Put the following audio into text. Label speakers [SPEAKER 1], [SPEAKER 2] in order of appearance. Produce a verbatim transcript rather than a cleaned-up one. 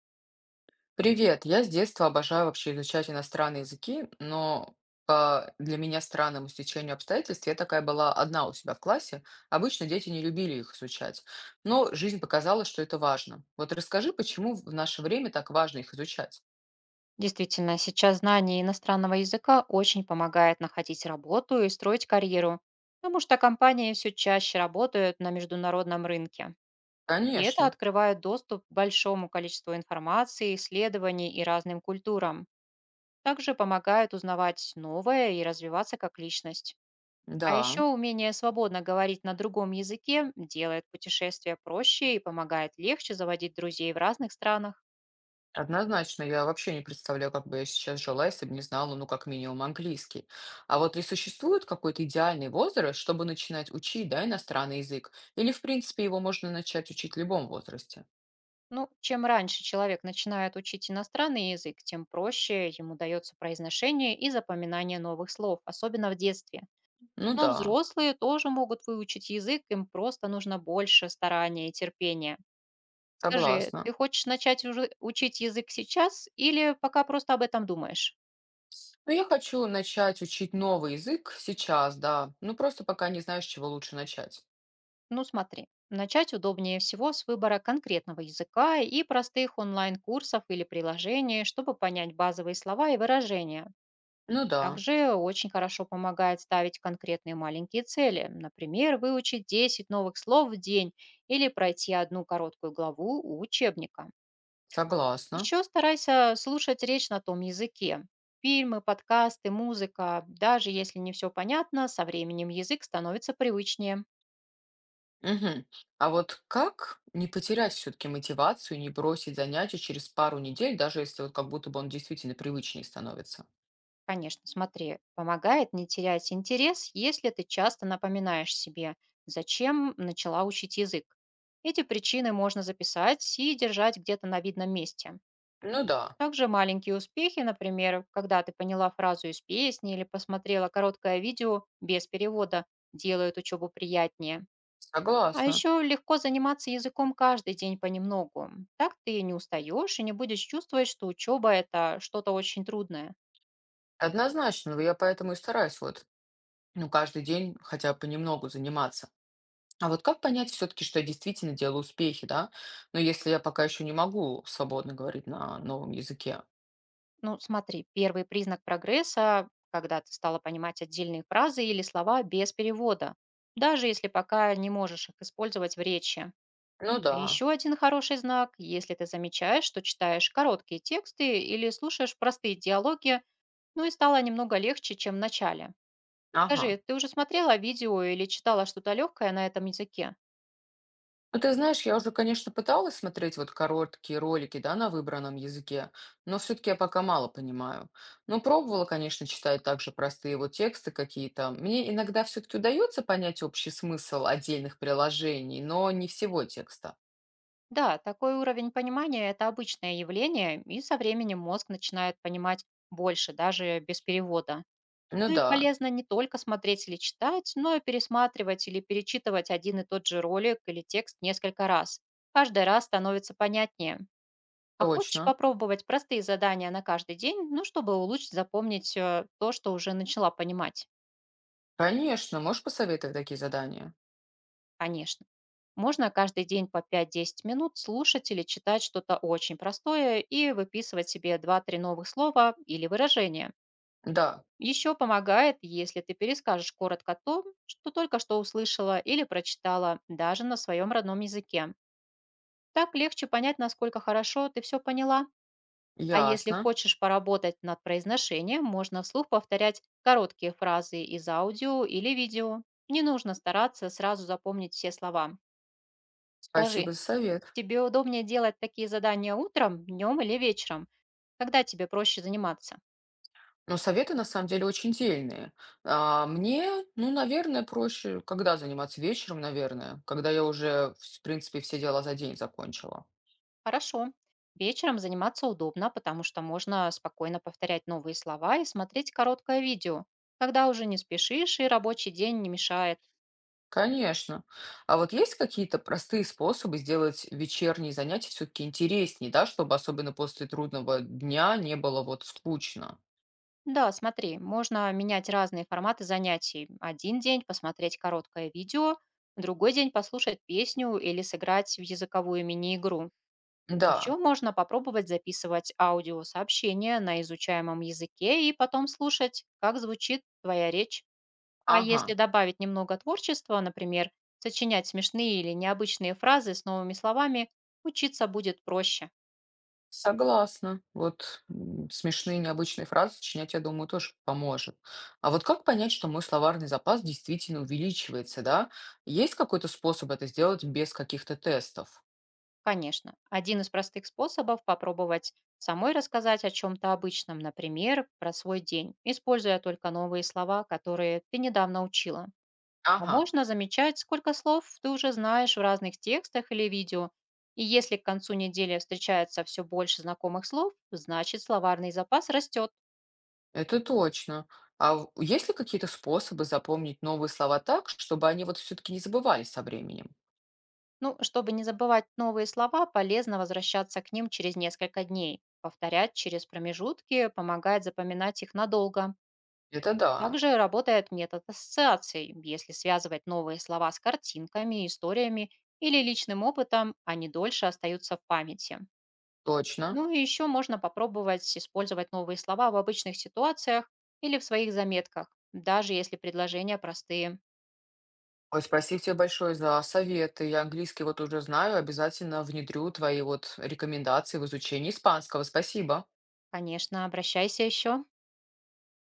[SPEAKER 1] Привет! Я с детства обожаю вообще изучать иностранные языки, но по для меня странному стечению обстоятельств я такая была одна у себя в классе. Обычно дети не любили их изучать, но жизнь показала, что это важно. Вот расскажи, почему в наше время так важно их изучать?
[SPEAKER 2] Действительно, сейчас знание иностранного языка очень помогает находить работу и строить карьеру, потому что компании все чаще работают на международном рынке. И это
[SPEAKER 1] Конечно,
[SPEAKER 2] открывает доступ к большому количеству информации, исследований и разным культурам. Также помогает узнавать новое и развиваться как личность. А еще
[SPEAKER 1] да.
[SPEAKER 2] умение свободно говорить на другом языке делает путешествия проще и помогает легче заводить друзей в разных странах.
[SPEAKER 1] Однозначно, я вообще не представляю, как бы я сейчас жила, если бы не знала, ну, как минимум, английский. А вот ли существует какой-то идеальный возраст, чтобы начинать учить, да, иностранный язык? Или, в принципе, его можно начать учить в любом возрасте?
[SPEAKER 2] Ну, чем раньше человек начинает учить иностранный язык, тем проще ему дается произношение и запоминание новых слов, особенно в детстве.
[SPEAKER 1] Ну
[SPEAKER 2] Но
[SPEAKER 1] да,
[SPEAKER 2] взрослые тоже могут выучить язык, им просто нужно больше старания и терпения. Скажи,
[SPEAKER 1] согласна.
[SPEAKER 2] ты хочешь начать уже учить язык сейчас или пока просто об этом думаешь?
[SPEAKER 1] Но я хочу начать учить новый язык сейчас, да. Ну, просто пока не знаю, с чего лучше начать.
[SPEAKER 2] Ну, смотри, начать удобнее всего с выбора конкретного языка и простых онлайн-курсов или приложений, чтобы понять базовые слова и выражения.
[SPEAKER 1] Ну да,
[SPEAKER 2] Также очень хорошо помогает ставить конкретные маленькие цели, например, выучить десять новых слов в день или пройти одну короткую главу у учебника.
[SPEAKER 1] согласна.
[SPEAKER 2] Еще старайся слушать речь на том языке. Фильмы, подкасты, музыка. Даже если не все понятно, со временем язык становится привычнее.
[SPEAKER 1] Мгм. А вот как не потерять все-таки мотивацию, не бросить занятия через пару недель, даже если вот как будто бы он действительно привычнее становится?
[SPEAKER 2] Конечно, смотри, помогает не терять интерес, если ты часто напоминаешь себе, зачем начала учить язык. Эти причины можно записать и держать где-то на видном месте.
[SPEAKER 1] Ну да,
[SPEAKER 2] Также маленькие успехи, например, когда ты поняла фразу из песни или посмотрела короткое видео без перевода, делают учебу приятнее. А
[SPEAKER 1] согласна.
[SPEAKER 2] еще легко заниматься языком каждый день понемногу. Так ты не устаешь и не будешь чувствовать, что учеба — это что-то очень трудное.
[SPEAKER 1] Однозначно, но я поэтому и стараюсь вот, ну, каждый день хотя бы понемногу заниматься. А вот как понять все-таки, что я действительно делаю успехи, да? Но если я пока еще не могу свободно говорить на новом языке.
[SPEAKER 2] Ну, смотри, первый признак прогресса — когда ты стала понимать отдельные фразы или слова без перевода, даже если пока не можешь их использовать в речи.
[SPEAKER 1] Ну да,
[SPEAKER 2] Еще один хороший знак, если ты замечаешь, что читаешь короткие тексты или слушаешь простые диалоги, ну и стало немного легче, чем в начале.
[SPEAKER 1] ага.
[SPEAKER 2] Скажи, ты уже смотрела видео или читала что-то легкое на этом языке?
[SPEAKER 1] Ну, ты знаешь, я уже, конечно, пыталась смотреть вот короткие ролики, да, на выбранном языке, но все-таки я пока мало понимаю. Но пробовала, конечно, читать также простые вот тексты какие-то. Мне иногда все-таки удается понять общий смысл отдельных приложений, но не всего текста.
[SPEAKER 2] Да, такой уровень понимания — это обычное явление, и со временем мозг начинает понимать больше, даже без перевода.
[SPEAKER 1] Ну
[SPEAKER 2] Ну и
[SPEAKER 1] да,
[SPEAKER 2] полезно не только смотреть или читать, но и пересматривать или перечитывать один и тот же ролик или текст несколько раз. Каждый раз становится понятнее. А хочешь
[SPEAKER 1] точно.
[SPEAKER 2] попробовать простые задания на каждый день, ну, чтобы улучшить запомнить э, то, что уже начала понимать,
[SPEAKER 1] Конечно, можешь посоветовать такие задания?
[SPEAKER 2] конечно. Можно каждый день по пять-десять минут слушать или читать что-то очень простое и выписывать себе два-три новых слова или выражения.
[SPEAKER 1] Да,
[SPEAKER 2] Еще помогает, если ты перескажешь коротко то, что только что услышала или прочитала, даже на своем родном языке. Так легче понять, насколько хорошо ты все поняла. А если
[SPEAKER 1] ясно.
[SPEAKER 2] хочешь поработать над произношением, можно вслух повторять короткие фразы из аудио или видео. Не нужно стараться сразу запомнить все слова. Скажи,
[SPEAKER 1] Спасибо за совет.
[SPEAKER 2] тебе удобнее делать такие задания утром, днем или вечером? Когда тебе проще заниматься?
[SPEAKER 1] Но советы на самом деле очень дельные. А, мне, ну, наверное, проще, когда заниматься вечером, наверное, когда я уже, в принципе, все дела за день закончила.
[SPEAKER 2] Хорошо. Вечером заниматься удобно, потому что можно спокойно повторять новые слова и смотреть короткое видео, когда уже не спешишь и рабочий день не мешает.
[SPEAKER 1] Конечно. А вот есть какие-то простые способы сделать вечерние занятия все-таки интереснее, да, чтобы особенно после трудного дня не было вот скучно?
[SPEAKER 2] Да, смотри, можно менять разные форматы занятий. Один день посмотреть короткое видео, другой день послушать песню или сыграть в языковую мини-игру.
[SPEAKER 1] Да,
[SPEAKER 2] Еще можно попробовать записывать аудиосообщение на изучаемом языке и потом слушать, как звучит твоя речь. А
[SPEAKER 1] ага.
[SPEAKER 2] если добавить немного творчества, например, сочинять смешные или необычные фразы с новыми словами, учиться будет проще.
[SPEAKER 1] Согласна. Вот м, смешные необычные фразы сочинять, я думаю, тоже поможет. А вот как понять, что мой словарный запас действительно увеличивается, да? Есть какой-то способ это сделать без каких-то тестов?
[SPEAKER 2] Конечно. Один из простых способов — попробовать самой рассказать о чем-то обычном, например, про свой день, используя только новые слова, которые ты недавно учила. А
[SPEAKER 1] Ага,
[SPEAKER 2] можно замечать, сколько слов ты уже знаешь в разных текстах или видео. И если к концу недели встречается все больше знакомых слов, значит словарный запас растет.
[SPEAKER 1] это точно. А в- есть ли какие-то способы запомнить новые слова так, чтобы они вот все-таки не забывались со временем?
[SPEAKER 2] Ну, чтобы не забывать новые слова, полезно возвращаться к ним через несколько дней. Повторять через промежутки помогает запоминать их надолго.
[SPEAKER 1] Это да,
[SPEAKER 2] Также работает метод ассоциаций. Если связывать новые слова с картинками, историями или личным опытом, они дольше остаются в памяти.
[SPEAKER 1] точно.
[SPEAKER 2] Ну и еще можно попробовать использовать новые слова в обычных ситуациях или в своих заметках, даже если предложения простые.
[SPEAKER 1] Ой, спасибо тебе большое за советы. Я английский вот уже знаю, обязательно внедрю твои вот рекомендации в изучении испанского. Спасибо.
[SPEAKER 2] Конечно, обращайся еще.